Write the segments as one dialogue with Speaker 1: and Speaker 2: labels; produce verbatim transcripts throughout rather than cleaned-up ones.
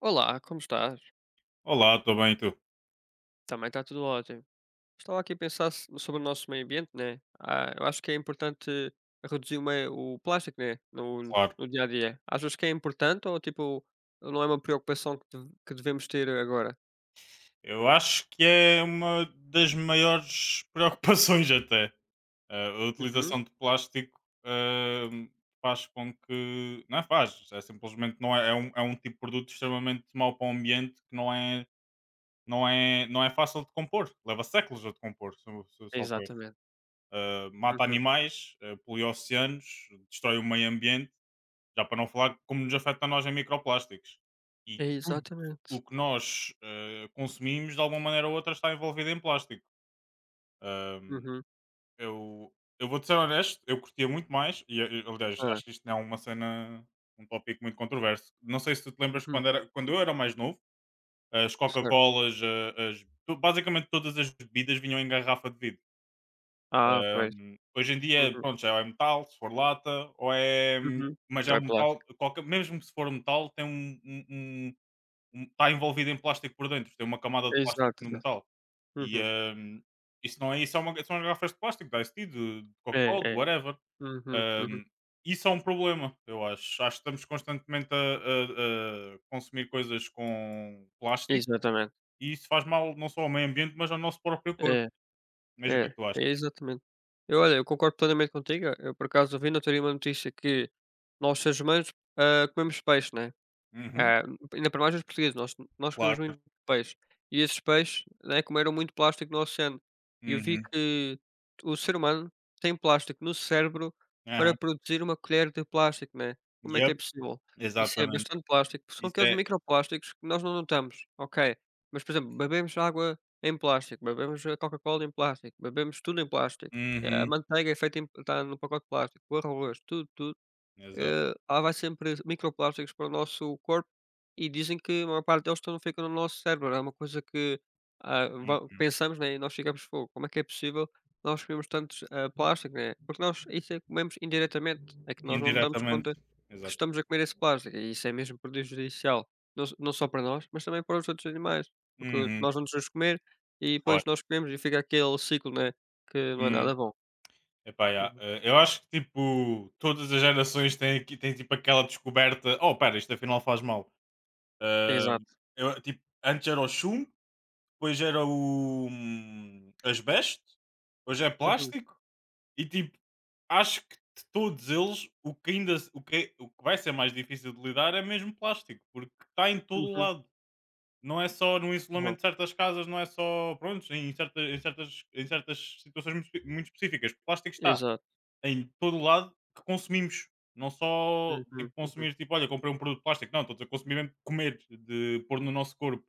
Speaker 1: Olá, como estás?
Speaker 2: Olá, estou bem, e tu?
Speaker 1: Também está tudo ótimo. Estava aqui a pensar se- sobre o nosso meio ambiente, né? Ah, eu acho que é importante reduzir o, meio- o plástico, né? No,
Speaker 2: Claro.
Speaker 1: no dia a dia. Achas que é importante ou tipo, não é uma preocupação que, deve- que devemos ter agora?
Speaker 2: Eu acho que é uma das maiores preocupações até. Eh, a
Speaker 1: Uhum.
Speaker 2: utilização de plástico eh, faz com que. Não é faz, é simplesmente não é, é um, é um tipo de produto extremamente mau para o ambiente que não é, não é, não é fácil de compor. Leva séculos a decompor, se, se, salvo erro.
Speaker 1: Exatamente.
Speaker 2: Eh, mata
Speaker 1: Uhum.
Speaker 2: animais, eh, polui oceanos, destrói o meio ambiente. Já para não falar como nos afeta a nós em microplásticos. E tudo o
Speaker 1: Exatamente.
Speaker 2: que nós eh, consumimos, de alguma maneira ou outra, está envolvido em plástico. Ahm,
Speaker 1: Uhum.
Speaker 2: eu eu vou-te ser honesto, eu curtia muito mais, e eh, aliás,
Speaker 1: Ah.
Speaker 2: acho que isto não é uma cena, um tópico muito controverso. Não sei se tu te lembras
Speaker 1: Uhum.
Speaker 2: quando, era, quando eu era mais novo, as
Speaker 1: Certo.
Speaker 2: Coca-Colas, eh, as- tu- basicamente todas as bebidas vinham em garrafa de vidro.
Speaker 1: Ah, pois.
Speaker 2: Ahm, hoje em dia,
Speaker 1: Uhum.
Speaker 2: pronto, já é metal, se for lata, ou é. hum,
Speaker 1: Uhum.
Speaker 2: Mas é
Speaker 1: Não é
Speaker 2: um metal,
Speaker 1: plástico.
Speaker 2: qualquer, mesmo se for um metal, tem um, um, um- um- está envolvido em plástico por dentro, tem uma camada de plástico
Speaker 1: Exato,
Speaker 2: no
Speaker 1: exato.
Speaker 2: metal. E
Speaker 1: Uhum.
Speaker 2: ahm, isso não é isso, é uma, são as garrafas de plástico, da Ice Tea, de, de
Speaker 1: É,
Speaker 2: Coca-Cola, de
Speaker 1: é.
Speaker 2: whatever.
Speaker 1: Uhum. Uhum.
Speaker 2: Ahm, isso é um problema, eu acho. Acho que estamos constantemente a, a- a consumir coisas com plástico
Speaker 1: Exatamente.
Speaker 2: e isso faz mal não só ao meio ambiente, mas ao nosso próprio corpo.
Speaker 1: É.
Speaker 2: Mas o que é
Speaker 1: É,
Speaker 2: que tu achas?
Speaker 1: é exatamente. Eu olha, eu concordo plenamente contigo. Eu por acaso vi na teoria uma notícia que nós seres humanos, ah, comemos peixe, né?
Speaker 2: Uhum,
Speaker 1: É, ainda para mais os portugueses, nós nós comemos
Speaker 2: claro.
Speaker 1: muito peixe. E esses peixes, né, comeram muito plástico no oceano. E eu vi
Speaker 2: Uhum.
Speaker 1: que o ser humano tem plástico no cérebro para
Speaker 2: Aham.
Speaker 1: produzir uma colher de plástico, né. Como é que é
Speaker 2: Yep,
Speaker 1: possível? Isso é
Speaker 2: exatamente.
Speaker 1: bastante plástico, são
Speaker 2: Isso
Speaker 1: aqueles
Speaker 2: é
Speaker 1: microplásticos que nós não notamos, ok. Mas, por exemplo, bebemos água em plástico, bebemos a Coca-Cola em plástico, bebemos tudo em plástico. Eh, a
Speaker 2: uhum,
Speaker 1: manteiga é feita em está no pacote de plástico, o arroz, tudo, tudo
Speaker 2: exato,
Speaker 1: eh, há vai sempre microplásticos para o nosso corpo e dizem que a maior parte deles estão fica no nosso cérebro. É É uma coisa que ah, va-
Speaker 2: hum,
Speaker 1: pensamos, né? E nós ficamos, "Fogo, como é que é possível nós comemos tantos ah, plástico, né? Porque nós isso é que comemos indiretamente, é que nós não damos
Speaker 2: indiretamente,
Speaker 1: conta que
Speaker 2: exato.
Speaker 1: estamos a comer esse plástico e isso é mesmo prejudicial, não, s- não só para nós, mas também para os outros animais, porque
Speaker 2: Uhum,
Speaker 1: nós vamos os comer e depois
Speaker 2: claro.
Speaker 1: nós comemos e fica aquele ciclo, né? Que não é
Speaker 2: Hum,
Speaker 1: nada bom.
Speaker 2: Epá, yeah,
Speaker 1: Uhum.
Speaker 2: eh, eu acho que, tipo, todas as gerações têm aqui têm, tipo, aquela descoberta: "Oh, espera, isto afinal faz mal". Ah,
Speaker 1: Exato.
Speaker 2: eu, tipo, antes era o chumbo, depois era o hum, asbesto, hoje é
Speaker 1: Uhum.
Speaker 2: plástico e, tipo, acho que de todos eles, o que ainda se o que o que vai ser mais difícil de lidar é mesmo plástico, porque está em todo o
Speaker 1: Uhum.
Speaker 2: lado. Não é só no
Speaker 1: Uhum.
Speaker 2: isolamento de certas casas, não é só, pronto, em certa em certas em certas situações muito espe muito específicas. O plástico está
Speaker 1: Exato.
Speaker 2: em todo o lado que consumimos. Não só, tipo,
Speaker 1: Uhum, uhum.
Speaker 2: consumir, tipo: "Olha, comprei um produto de plástico", não, estou a dizer consumir mesmo comer, de pôr no nosso corpo.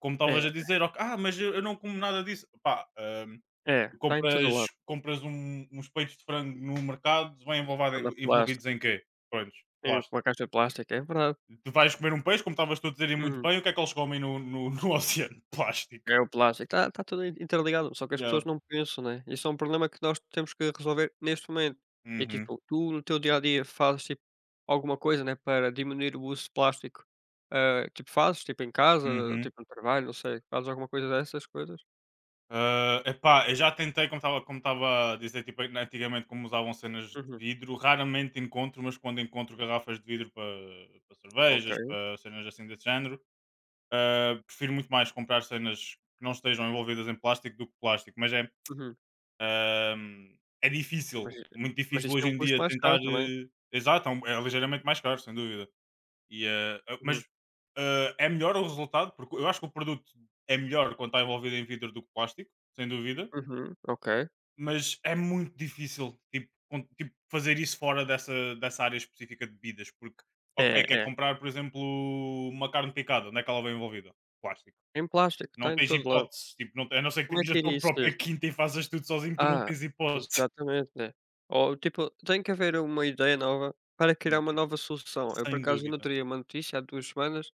Speaker 2: Como
Speaker 1: É,
Speaker 2: estavas a dizer: "Ok, ah, mas eu eu não como nada disso". Pá, hã,
Speaker 1: é, está em todo
Speaker 2: compras
Speaker 1: lado,
Speaker 2: compras um uns peitos de frango no mercado, vêm envolvado
Speaker 1: está na
Speaker 2: em-
Speaker 1: plástica,
Speaker 2: envolvidos em quê? Prontos,
Speaker 1: tem uma
Speaker 2: plástico.
Speaker 1: caixa de plástico, é verdade.
Speaker 2: Tu vais comer um peixe, como estavas tu a dizer, e muito
Speaker 1: Uhum.
Speaker 2: bem, o que é que eles comem no no no oceano? Plástico.
Speaker 1: É o plástico, está está tudo in interligado, só que as
Speaker 2: Yeah.
Speaker 1: pessoas não pensam, né. Isso é um problema que nós temos que resolver neste momento. E,
Speaker 2: Uhum,
Speaker 1: tipo, tu no teu dia a dia fazes, tipo, alguma coisa, né, para diminuir o uso de plástico? Ah, tipo, fazes, tipo, em casa,
Speaker 2: uhum.
Speaker 1: tipo, no trabalho, não sei, fazes alguma coisa dessas coisas?
Speaker 2: Ah, epá, eu já tentei, como estava como estava a dizer, tipo, antigamente como usavam cenas de
Speaker 1: Uhum,
Speaker 2: vidro, raramente encontro, mas quando encontro garrafas de vidro para para cervejas,
Speaker 1: ok.
Speaker 2: para cenas assim desse género, ah, prefiro muito mais comprar cenas que não estejam envolvidas em plástico do que plástico, mas é,
Speaker 1: Uhum.
Speaker 2: ahm, é difícil,
Speaker 1: Mas
Speaker 2: muito
Speaker 1: mas
Speaker 2: difícil
Speaker 1: isso
Speaker 2: hoje
Speaker 1: tem um
Speaker 2: em
Speaker 1: custo
Speaker 2: dia
Speaker 1: mais caro
Speaker 2: tentar.
Speaker 1: também.
Speaker 2: eh, Exato, é, um- é ligeiramente mais caro, sem dúvida. E, eh, ah,
Speaker 1: Uhum,
Speaker 2: mas eh, é melhor o resultado, porque eu acho que o produto é melhor quando está envolvido em vidro do que plástico, sem dúvida,
Speaker 1: uhum, ok.
Speaker 2: mas é muito difícil tipo, con- tipo, fazer isso fora dessa, dessa área específica de bebidas, porque,
Speaker 1: É,
Speaker 2: ok, quer
Speaker 1: é.
Speaker 2: comprar, por exemplo, uma carne picada, onde é que ela vem envolvida? Plástico.
Speaker 1: Em plástico,
Speaker 2: Não
Speaker 1: está em
Speaker 2: tens
Speaker 1: todo lado.
Speaker 2: hipótese, tipo, não, a não ser que
Speaker 1: Como é
Speaker 2: tenhas
Speaker 1: que
Speaker 2: a tua
Speaker 1: iria ser?
Speaker 2: própria quinta e faças tudo sozinho, tu não
Speaker 1: Ah,
Speaker 2: tens hipótese.
Speaker 1: exatamente, né. Ou, tipo, tem que haver uma ideia nova para criar
Speaker 2: Hum,
Speaker 1: uma nova solução. Eu, por
Speaker 2: Sem
Speaker 1: acaso, ainda
Speaker 2: dúvida.
Speaker 1: teria uma notícia há duas semanas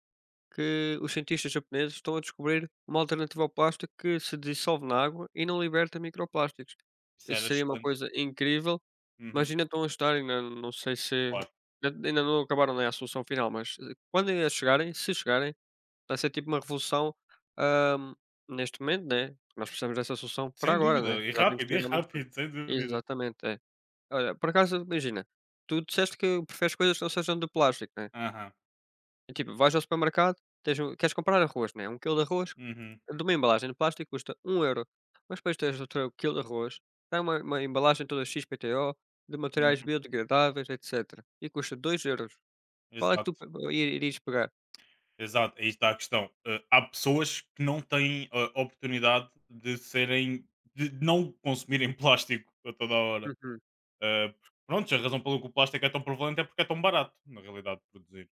Speaker 1: que os cientistas japoneses estão a descobrir uma alternativa ao plástico que se dissolve na água e não liberta microplásticos.
Speaker 2: Isso
Speaker 1: Isso
Speaker 2: era
Speaker 1: seria uma
Speaker 2: excelente.
Speaker 1: coisa incrível, mas
Speaker 2: Uhum,
Speaker 1: ainda estão a estudar, ainda não sei se
Speaker 2: claro.
Speaker 1: ainda ainda não acabaram, nem a solução final, mas eh, quando ainda chegarem, se chegarem vai ser tipo uma revolução, hã, neste momento, né, nós precisamos dessa solução para
Speaker 2: Sem
Speaker 1: agora,
Speaker 2: dúvida.
Speaker 1: né,
Speaker 2: E
Speaker 1: já temos
Speaker 2: rápido,
Speaker 1: que
Speaker 2: e
Speaker 1: ter há muito tempo.
Speaker 2: rápido, sem dúvida.
Speaker 1: Exatamente, é. Olha, por acaso, imagina, tu disseste que preferes coisas que não sejam de plástico, né,
Speaker 2: Aham.
Speaker 1: e tipo, vais ao supermercado, tens um queres comprar arroz, né, um quilo de arroz,
Speaker 2: Uhum,
Speaker 1: de uma embalagem de plástico custa um euro. Mas depois tens outro quilo de arroz, tem uma uma embalagem toda X P T O, de materiais
Speaker 2: uhum.
Speaker 1: biodegradáveis, etcétera, e custa dois euros. Qual é que tu
Speaker 2: Exato,
Speaker 1: p i irias pegar?
Speaker 2: exato. Aí está a questão. Eh, há pessoas que não têm a oportunidade de serem, de não consumirem plástico a toda a hora.
Speaker 1: Uhum,
Speaker 2: Eh, porque, pronto, a razão pelo que o plástico é tão prevalente é porque é tão barato, na realidade, de produzir.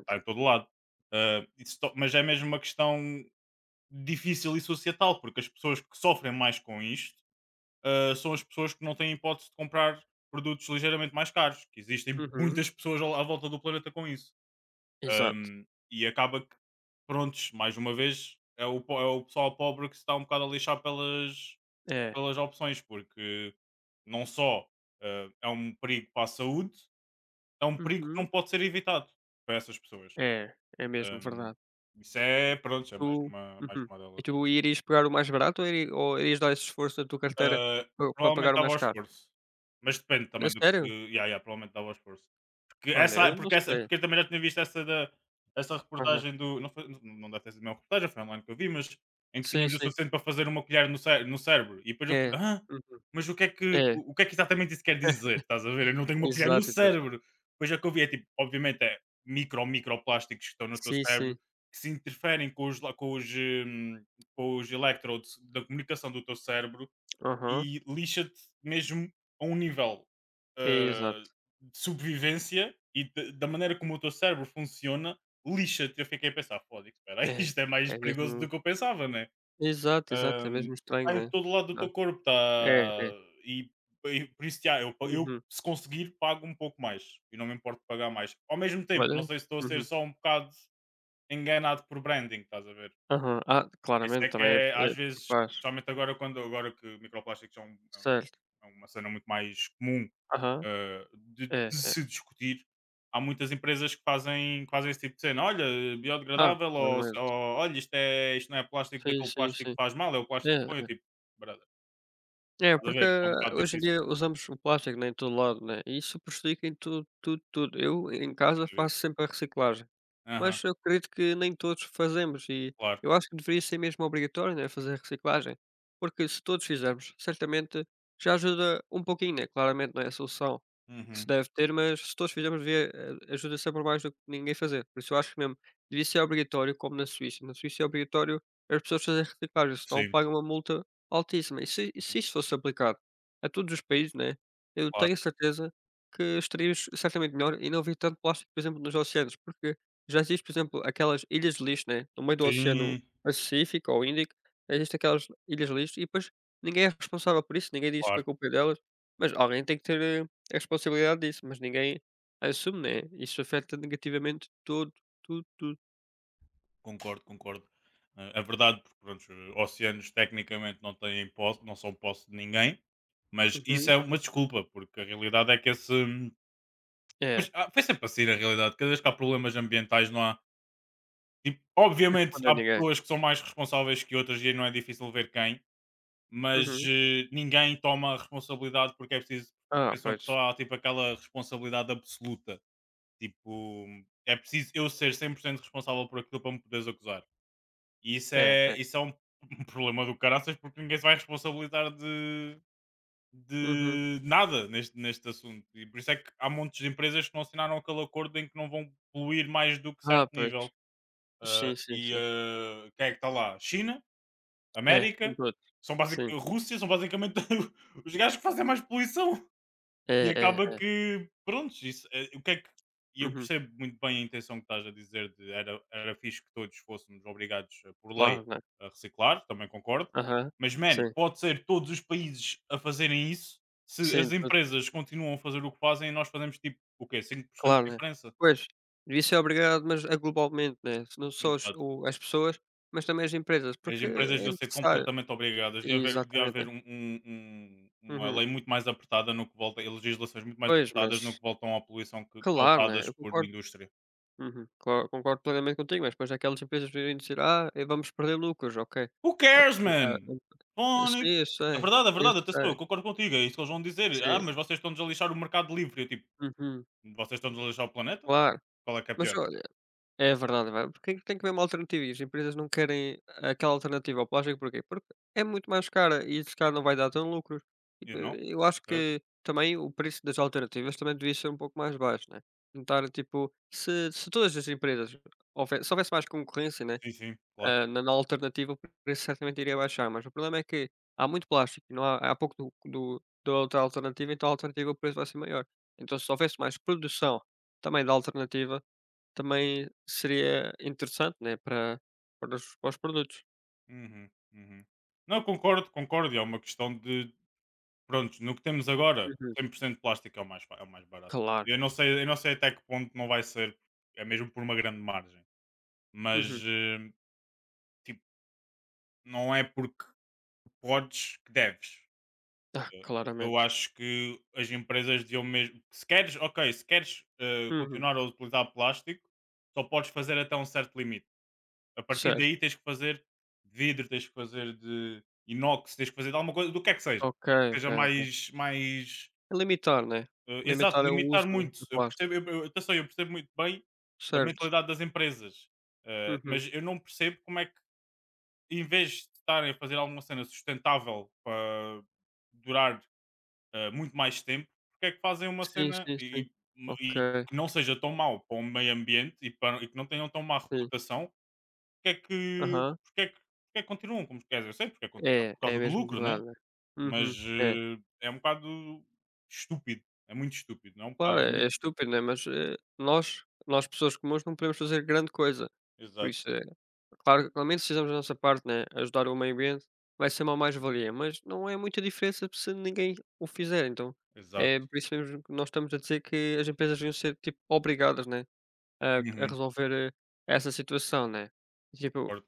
Speaker 2: Está em todo lado. Eh, isso to- mas é mesmo uma questão difícil e societal, porque as pessoas que sofrem mais com isto eh, são as pessoas que não têm hipótese de comprar produtos ligeiramente mais caros, que existem
Speaker 1: Uhum,
Speaker 2: muitas pessoas ao- à volta do planeta com isso.
Speaker 1: exato.
Speaker 2: Um, e acaba que, prontos, mais uma vez, é o, po- é o pessoal pobre que se está um bocado a lixar pelas,
Speaker 1: É.
Speaker 2: pelas opções, porque não só eh, é um perigo para a saúde, é um perigo que não
Speaker 1: Uhum.
Speaker 2: pode ser evitado para essas pessoas.
Speaker 1: É, é mesmo
Speaker 2: Um,
Speaker 1: verdade.
Speaker 2: isso é, pronto, é mais
Speaker 1: Tu
Speaker 2: uma, mais
Speaker 1: uhum.
Speaker 2: uma
Speaker 1: E
Speaker 2: delas.
Speaker 1: tu irias pegar o mais barato ou iri ou irias dar esse esforço da tua carteira
Speaker 2: Eh,
Speaker 1: para
Speaker 2: Provavelmente
Speaker 1: pagar o
Speaker 2: dava
Speaker 1: mais
Speaker 2: ao
Speaker 1: caro?
Speaker 2: esforço, mas depende
Speaker 1: A
Speaker 2: também do que.
Speaker 1: sério?
Speaker 2: Yeah, yeah, provavelmente dava ao esforço. Porque
Speaker 1: Olha,
Speaker 2: essa,
Speaker 1: eu não
Speaker 2: porque essa,
Speaker 1: sei.
Speaker 2: porque eu também já tinha visto essa da essa
Speaker 1: Aham.
Speaker 2: reportagem do não foi, não não deve ter sido a mesma reportagem, foi online que eu vi, mas em que
Speaker 1: Sim,
Speaker 2: tínhamos o
Speaker 1: sim.
Speaker 2: suficiente para fazer uma colher no cé no cérebro e depois eu
Speaker 1: É.
Speaker 2: fui: ah.
Speaker 1: Uhum.
Speaker 2: Mas o que é que
Speaker 1: É.
Speaker 2: o o que é que exatamente isso quer dizer? Estás a ver? Eu não tenho uma colher no
Speaker 1: Exato, exato.
Speaker 2: cérebro. Depois é que eu vi, é tipo, obviamente é micro, microplásticos que estão no teu
Speaker 1: Sim,
Speaker 2: cérebro
Speaker 1: sim.
Speaker 2: que se interferem com os la com os, hum, com os electrodes da comunicação do teu cérebro
Speaker 1: Aham.
Speaker 2: e lixa-te mesmo a um nível
Speaker 1: É,
Speaker 2: ah,
Speaker 1: exato.
Speaker 2: de sobrevivência e de- da maneira como o teu cérebro funciona, lixa-te. Eu fiquei a pensar, foda espera aí,
Speaker 1: É.
Speaker 2: isto é mais
Speaker 1: É
Speaker 2: perigoso
Speaker 1: mesmo
Speaker 2: do que eu pensava, né?
Speaker 1: exato, exato. É
Speaker 2: Ahm,
Speaker 1: mesmo estranho,
Speaker 2: Está em
Speaker 1: né.
Speaker 2: todo lado do
Speaker 1: Não.
Speaker 2: teu corpo, está.
Speaker 1: É, é.
Speaker 2: E, e por isso, já, eu, eu,
Speaker 1: Uhum.
Speaker 2: se conseguir, pago um pouco mais e não me importo de pagar mais. Ao mesmo tempo, não
Speaker 1: Olha,
Speaker 2: sei se estou a ser
Speaker 1: uhum.
Speaker 2: só um bocado enganado por branding, estás a ver?
Speaker 1: Aham. Ah,
Speaker 2: Esse
Speaker 1: claramente
Speaker 2: é que
Speaker 1: também é
Speaker 2: é,
Speaker 1: é
Speaker 2: às vezes,
Speaker 1: capaz.
Speaker 2: especialmente agora, quando, agora que microplásticos são
Speaker 1: Certo.
Speaker 2: é uma cena muito mais comum
Speaker 1: Aham.
Speaker 2: eh, de,
Speaker 1: É,
Speaker 2: de
Speaker 1: é.
Speaker 2: se discutir. Há muitas empresas que fazem, que fazem esse tipo de cena. Olha,
Speaker 1: Ah,
Speaker 2: biodegradável, ou, ou,
Speaker 1: claramente.
Speaker 2: olha, isto, é, isto não é plástico,
Speaker 1: Sim,
Speaker 2: daquele
Speaker 1: sim,
Speaker 2: plástico que
Speaker 1: sim.
Speaker 2: faz mal, é o
Speaker 1: É,
Speaker 2: plástico que põe. Eu,
Speaker 1: é
Speaker 2: tipo, brother,
Speaker 1: é,
Speaker 2: estás a
Speaker 1: porque
Speaker 2: ver? É um bocado
Speaker 1: hoje em
Speaker 2: difícil,
Speaker 1: dia usamos o plástico, né, em todo lado, né, e isso prejudica em tudo, tudo, tudo. Eu em casa
Speaker 2: sem dúvida.
Speaker 1: faço sempre a reciclagem.
Speaker 2: Aham,
Speaker 1: Mas eu acredito que nem todos fazemos e
Speaker 2: claro.
Speaker 1: eu acho que deveria ser mesmo obrigatório, né, fazer reciclagem, porque se todos fizermos, certamente já ajuda um pouquinho, né? Claramente não é a solução que se
Speaker 2: Uhum,
Speaker 1: deve ter, mas se todos fizermos, devia, eh, ajuda sempre mais do que ninguém fazer. Por isso eu acho que mesmo devia ser obrigatório, como na Suíça. Na Suíça é obrigatório as pessoas fazerem reciclagem, senão
Speaker 2: Sim,
Speaker 1: pagam uma multa altíssima. E se, e se
Speaker 2: uhum,
Speaker 1: isso fosse aplicado a todos os países, né? Eu
Speaker 2: claro.
Speaker 1: tenho certeza que estaríamos certamente melhor e não havia tanto plástico, por exemplo, nos oceanos, porque já existe, por exemplo, aquelas ilhas de lixo, né, no meio do Oceano
Speaker 2: Sim,
Speaker 1: Pacífico ou Índico, existem aquelas ilhas de lixo e depois ninguém é responsável por isso, ninguém diz que a
Speaker 2: claro.
Speaker 1: culpa é delas, mas alguém tem que ter, eh, a responsabilidade disso, mas ninguém assume, né, isso afeta negativamente todo, tudo, tudo.
Speaker 2: Concordo, concordo. Eh, É verdade, porque pronto, os oceanos tecnicamente não têm posse, não são posse de ninguém, mas isso
Speaker 1: Uhum.
Speaker 2: é uma desculpa, porque a realidade é que esse,
Speaker 1: É, a
Speaker 2: mas ah, foi sempre assim na realidade, cada vez que há problemas ambientais não há tipo,
Speaker 1: culpa
Speaker 2: obviamente
Speaker 1: não é
Speaker 2: há
Speaker 1: de ninguém.
Speaker 2: pessoas que são mais responsáveis que outras e aí não é difícil ver quem, mas
Speaker 1: Uhum.
Speaker 2: eh, ninguém toma a responsabilidade porque é preciso,
Speaker 1: Ah,
Speaker 2: pensam que
Speaker 1: pois.
Speaker 2: só há tipo aquela responsabilidade absoluta, tipo, é preciso eu ser cem por cento responsável por aquilo para me poderes acusar. E isso
Speaker 1: É, é.
Speaker 2: é, isso é um, um problema do caraças porque ninguém se vai responsabilizar de
Speaker 1: Uhum.
Speaker 2: de nada neste, neste assunto. E por isso é que há montes de empresas que não assinaram aquele acordo em que não vão poluir mais do que
Speaker 1: Ah,
Speaker 2: certo
Speaker 1: pois.
Speaker 2: nível. Ah,
Speaker 1: Sim, sim,
Speaker 2: e
Speaker 1: sim.
Speaker 2: ah, quem é que está lá? China,
Speaker 1: É, são
Speaker 2: América,
Speaker 1: todos.
Speaker 2: são basic...
Speaker 1: Sim.
Speaker 2: Rússia, são basicamente os gajos que fazem mais poluição.
Speaker 1: É,
Speaker 2: E
Speaker 1: é,
Speaker 2: acaba
Speaker 1: é.
Speaker 2: que, pronto isso, eh, o que é que. E eu
Speaker 1: Uhum.
Speaker 2: percebo muito bem a intenção que estás a dizer de era, era fixe que todos fôssemos obrigados eh, por lei
Speaker 1: Claro, né.
Speaker 2: a reciclar, também concordo.
Speaker 1: Aham.
Speaker 2: Mas, man,
Speaker 1: Sim.
Speaker 2: pode ser todos os países a fazerem isso se
Speaker 1: Sim,
Speaker 2: as empresas continuam a fazer o que fazem e nós fazemos tipo o quê? cinco por cento
Speaker 1: claro,
Speaker 2: de
Speaker 1: né.
Speaker 2: diferença?
Speaker 1: Pois, devia ser obrigado, mas a globalmente, né, se não só as
Speaker 2: Exato.
Speaker 1: o as pessoas, mas também as empresas,
Speaker 2: As
Speaker 1: porque
Speaker 2: empresas
Speaker 1: é
Speaker 2: deviam ser
Speaker 1: necessário.
Speaker 2: completamente obrigadas. Devia haver, devia
Speaker 1: Exatamente, é.
Speaker 2: haver um- um- um- uma
Speaker 1: Uhum.
Speaker 2: lei muito mais apertada no que volta, e legislações muito mais
Speaker 1: Pois,
Speaker 2: apertadas no
Speaker 1: mas
Speaker 2: que voltam à poluição que,
Speaker 1: claro, né,
Speaker 2: causadas
Speaker 1: eu
Speaker 2: por
Speaker 1: concordo.
Speaker 2: indústria.
Speaker 1: Uhum. Claro, concordo plenamente contigo, mas depois aquelas empresas virem dizer: "Ah, eh, vamos perder lucros", ok.
Speaker 2: Who
Speaker 1: A
Speaker 2: cares,
Speaker 1: pessoa
Speaker 2: man?
Speaker 1: a a-
Speaker 2: Fónico.
Speaker 1: Sim, eu
Speaker 2: É
Speaker 1: sei,
Speaker 2: verdade, é
Speaker 1: eu
Speaker 2: verdade, atenção,
Speaker 1: sei.
Speaker 2: eu concordo contigo, é isso que eles vão dizer. Ah,
Speaker 1: Sim.
Speaker 2: mas vocês estão-nos a lixar o mercado livre. Eu tipo,
Speaker 1: Uhum.
Speaker 2: vocês estão-nos a lixar o planeta?
Speaker 1: Claro.
Speaker 2: Qual é que é
Speaker 1: Mas
Speaker 2: pior?
Speaker 1: ó É verdade, vai, porque tem tem que haver uma alternativa e as empresas não querem aquela alternativa ao plástico, porquê? Porque é muito mais cara e esse cara não vai dar tão lucros.
Speaker 2: You
Speaker 1: Tipo,
Speaker 2: know?
Speaker 1: eu acho
Speaker 2: Certo?
Speaker 1: que também o preço das alternativas também devia ser um pouco mais baixo, né? Tentar, tipo, se, se todas as empresas, houve- se houvesse mais concorrência, né?
Speaker 2: Sim, sim, claro.
Speaker 1: Ah, na, na alternativa o preço certamente iria baixar, mas o problema é que há muito plástico, e não há, há pouco do, do, da outra alternativa, então a alternativa o preço vai ser maior. Então se houvesse mais produção também da alternativa, também seria interessante, né, para para os para os produtos.
Speaker 2: Uhum, uhum. Não, concordo, concordo. e É uma questão de, pronto, no que temos agora,
Speaker 1: Uhum.
Speaker 2: cem por cento plástico é o mais, fa- é o mais barato.
Speaker 1: Claro.
Speaker 2: Eu não, sei, eu não sei até que ponto não vai ser, é mesmo por uma grande margem. Mas,
Speaker 1: Uhum.
Speaker 2: eh, tipo, não é porque podes que deves.
Speaker 1: Ah,
Speaker 2: Eu
Speaker 1: claramente.
Speaker 2: acho que as empresas deviam mesmo. Se queres, ok, se queres eh,
Speaker 1: Uhum.
Speaker 2: continuar a utilizar plástico, só podes fazer até um certo limite. A partir
Speaker 1: Certo.
Speaker 2: daí tens que fazer de vidro, tens que fazer de inox, tens que fazer de alguma coisa, do que é que seja.
Speaker 1: Ok, ok,
Speaker 2: Seja
Speaker 1: ok.
Speaker 2: mais. mais
Speaker 1: Limitar, né,
Speaker 2: eh,
Speaker 1: limitar
Speaker 2: Exato,
Speaker 1: o
Speaker 2: limitar
Speaker 1: uso de
Speaker 2: muito.
Speaker 1: de
Speaker 2: Eu
Speaker 1: plástico.
Speaker 2: percebo, eu, eu- atenção, eu percebo muito bem a
Speaker 1: Certo.
Speaker 2: mentalidade das empresas, eh,
Speaker 1: Uhum.
Speaker 2: mas eu não percebo como é que, em vez de estarem a fazer alguma cena sustentável para durar eh, muito mais tempo, porque é que fazem uma
Speaker 1: Sim,
Speaker 2: cena
Speaker 1: sim, sim.
Speaker 2: e, e- e
Speaker 1: Ok.
Speaker 2: que não seja tão mau para o meio ambiente e, para- e que não tenham tão má
Speaker 1: Sim.
Speaker 2: reputação, porque é que,
Speaker 1: Aham.
Speaker 2: porque é que, porque é que continuam? Como, quer dizer, eu sei porque é que continuam,
Speaker 1: É,
Speaker 2: por
Speaker 1: é
Speaker 2: causa do
Speaker 1: mesmo
Speaker 2: lucro, né?
Speaker 1: verdade, né.
Speaker 2: Mas
Speaker 1: Uhum. É.
Speaker 2: eh, é um bocado estúpido, é muito estúpido, não é um bocado,
Speaker 1: Claro,
Speaker 2: é
Speaker 1: é é
Speaker 2: muito estúpido.
Speaker 1: estúpido, né, mas, eh, nós nós pessoas comuns não podemos fazer grande coisa, por isso
Speaker 2: Exato,
Speaker 1: é claro que, ao menos se fizermos a nossa parte, né, ajudar o meio ambiente, vai ser uma mais-valia, mas não é muita diferença se ninguém o fizer, então,
Speaker 2: exato.
Speaker 1: é por isso mesmo que nós estamos a dizer que as empresas deviam ser, tipo, obrigadas, né, a a
Speaker 2: Uhum,
Speaker 1: resolver, eh, essa situação, né. Tipo,
Speaker 2: concordo.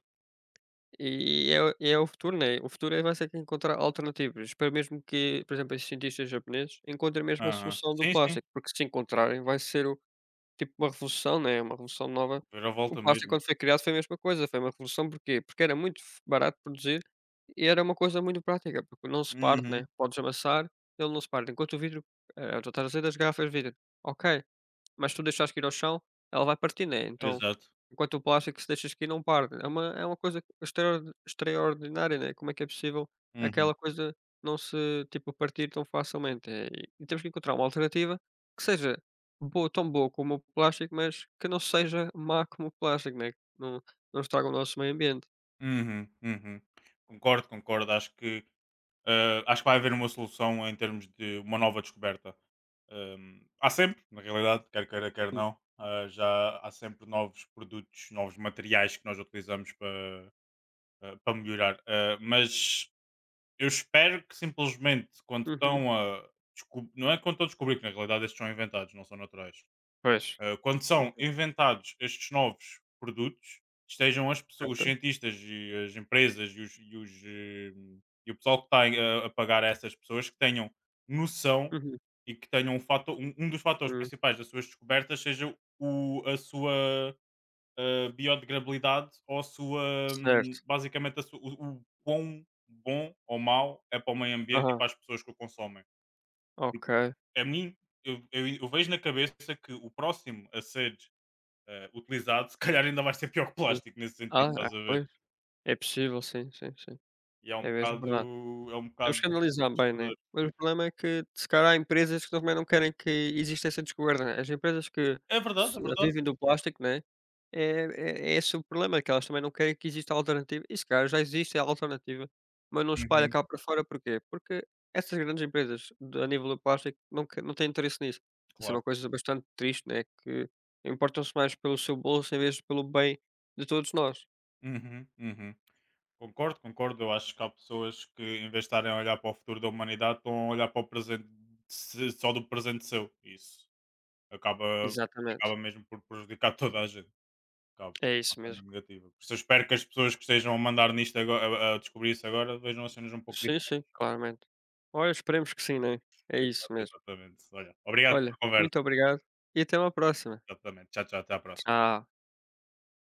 Speaker 1: e é o é o futuro, né, o futuro é vai ser que encontrar alternativas. Espero mesmo que, por exemplo, esses cientistas japoneses encontrem mesmo a
Speaker 2: Aham.
Speaker 1: solução do
Speaker 2: Sim, sim,
Speaker 1: plástico, porque se encontrarem vai ser tipo uma revolução, né, uma revolução nova.
Speaker 2: ver a
Speaker 1: O
Speaker 2: volta
Speaker 1: plástico
Speaker 2: mesmo.
Speaker 1: quando foi criado foi a mesma coisa, foi uma revolução porquê? Porque era muito f barato produzir e era uma coisa muito prática, porque não se parte, né,
Speaker 2: Uhum,
Speaker 1: podes amassar, ele não se parte, enquanto o vidro, eh, tu estás a dizer das garrafas de vidro, ok, mas se tu deixares cair ao chão, ela vai partir, né? Então,
Speaker 2: exato.
Speaker 1: enquanto o plástico, se deixas cair, não parte. É uma, é uma coisa extraor- extraordinária, né? Como é que é possível
Speaker 2: Uhum,
Speaker 1: aquela coisa não se, tipo, partir tão facilmente? É, E, e temos que encontrar uma alternativa que seja boa, tão boa como o plástico, mas que não seja má como o plástico, né? Que não, não estraga o nosso meio ambiente.
Speaker 2: uhum, uhum. Concordo, concordo, acho que Eh, acho que vai haver uma solução em termos de uma nova descoberta. Hum, há sempre, na realidade, quer queira, quer não, ah, já há sempre novos produtos, novos materiais que nós utilizamos para, ah, para melhorar. Ah, mas eu espero que simplesmente quando
Speaker 1: Uhum.
Speaker 2: estão a descob- não é quando estão a descobrir que na realidade estes são inventados, não são naturais.
Speaker 1: Pois.
Speaker 2: Uh, quando são
Speaker 1: Uhum.
Speaker 2: inventados estes novos produtos, estejam as pesso- os
Speaker 1: Certo.
Speaker 2: cientistas e as empresas e, os- e os, eh, e o pessoal que está a, a pagar a essas pessoas que tenham noção
Speaker 1: Uhum.
Speaker 2: e que tenham um, fator, um, um dos fatores
Speaker 1: Uhum.
Speaker 2: principais das suas descobertas seja o, a sua eh, biodegradabilidade ou a sua,
Speaker 1: Certo.
Speaker 2: hum, basicamente, a su- o, o quão bom ou mau é para o meio ambiente e
Speaker 1: Aham.
Speaker 2: para as pessoas que o consomem. Porque
Speaker 1: Ok.
Speaker 2: a mim, eu, eu eu vejo na cabeça que o próximo a ser eh, utilizado, se calhar ainda vai ser pior que
Speaker 1: Sim.
Speaker 2: plástico nesse sentido,
Speaker 1: Ah, é,
Speaker 2: estás a ver?
Speaker 1: pois. É possível, sim, sim, sim.
Speaker 2: E é um
Speaker 1: É mesmo
Speaker 2: bocado,
Speaker 1: verdade.
Speaker 2: é um
Speaker 1: Temos que
Speaker 2: bocado
Speaker 1: analisar bem, né.
Speaker 2: assustador.
Speaker 1: Mas o problema é que, se calhar, há empresas que também não querem que exista essa descoberta, né? As empresas que
Speaker 2: É verdade,
Speaker 1: se
Speaker 2: é verdade.
Speaker 1: vivem do plástico, né, é é é esse o problema, que elas também não querem que exista alternativa e se calhar já existe a alternativa, mas não espalha
Speaker 2: Uhum,
Speaker 1: cá para fora, porquê? Porque essas grandes empresas de a nível do plástico não que não têm interesse nisso. Isso é
Speaker 2: claro.
Speaker 1: uma coisa bastante triste, né, que importam-se mais pelo seu bolso em vez de pelo bem de todos nós.
Speaker 2: Uhum, uhum. Concordo, concordo. Eu acho que há pessoas que, em vez de estarem a olhar para o futuro da humanidade, estão a olhar para o presente, se- só do presente seu. Isso acaba,
Speaker 1: Exatamente.
Speaker 2: acaba mesmo por prejudicar toda a gente. Acaba por ser
Speaker 1: É
Speaker 2: uma
Speaker 1: isso
Speaker 2: cena
Speaker 1: mesmo.
Speaker 2: negativa. Por isso eu espero que as pessoas que estejam a mandar nisto agora, a, a descobrir isso agora, vejam as cenas um pouco
Speaker 1: Sim,
Speaker 2: diferentes.
Speaker 1: sim, claramente. Olha, esperemos que sim, né? É isso
Speaker 2: Exato,
Speaker 1: mesmo.
Speaker 2: exatamente. Olha, obrigado
Speaker 1: Olha,
Speaker 2: pela conversa.
Speaker 1: muito obrigado e até uma próxima.
Speaker 2: Exatamente. Tchau, tchau. Até à próxima.
Speaker 1: Tchau.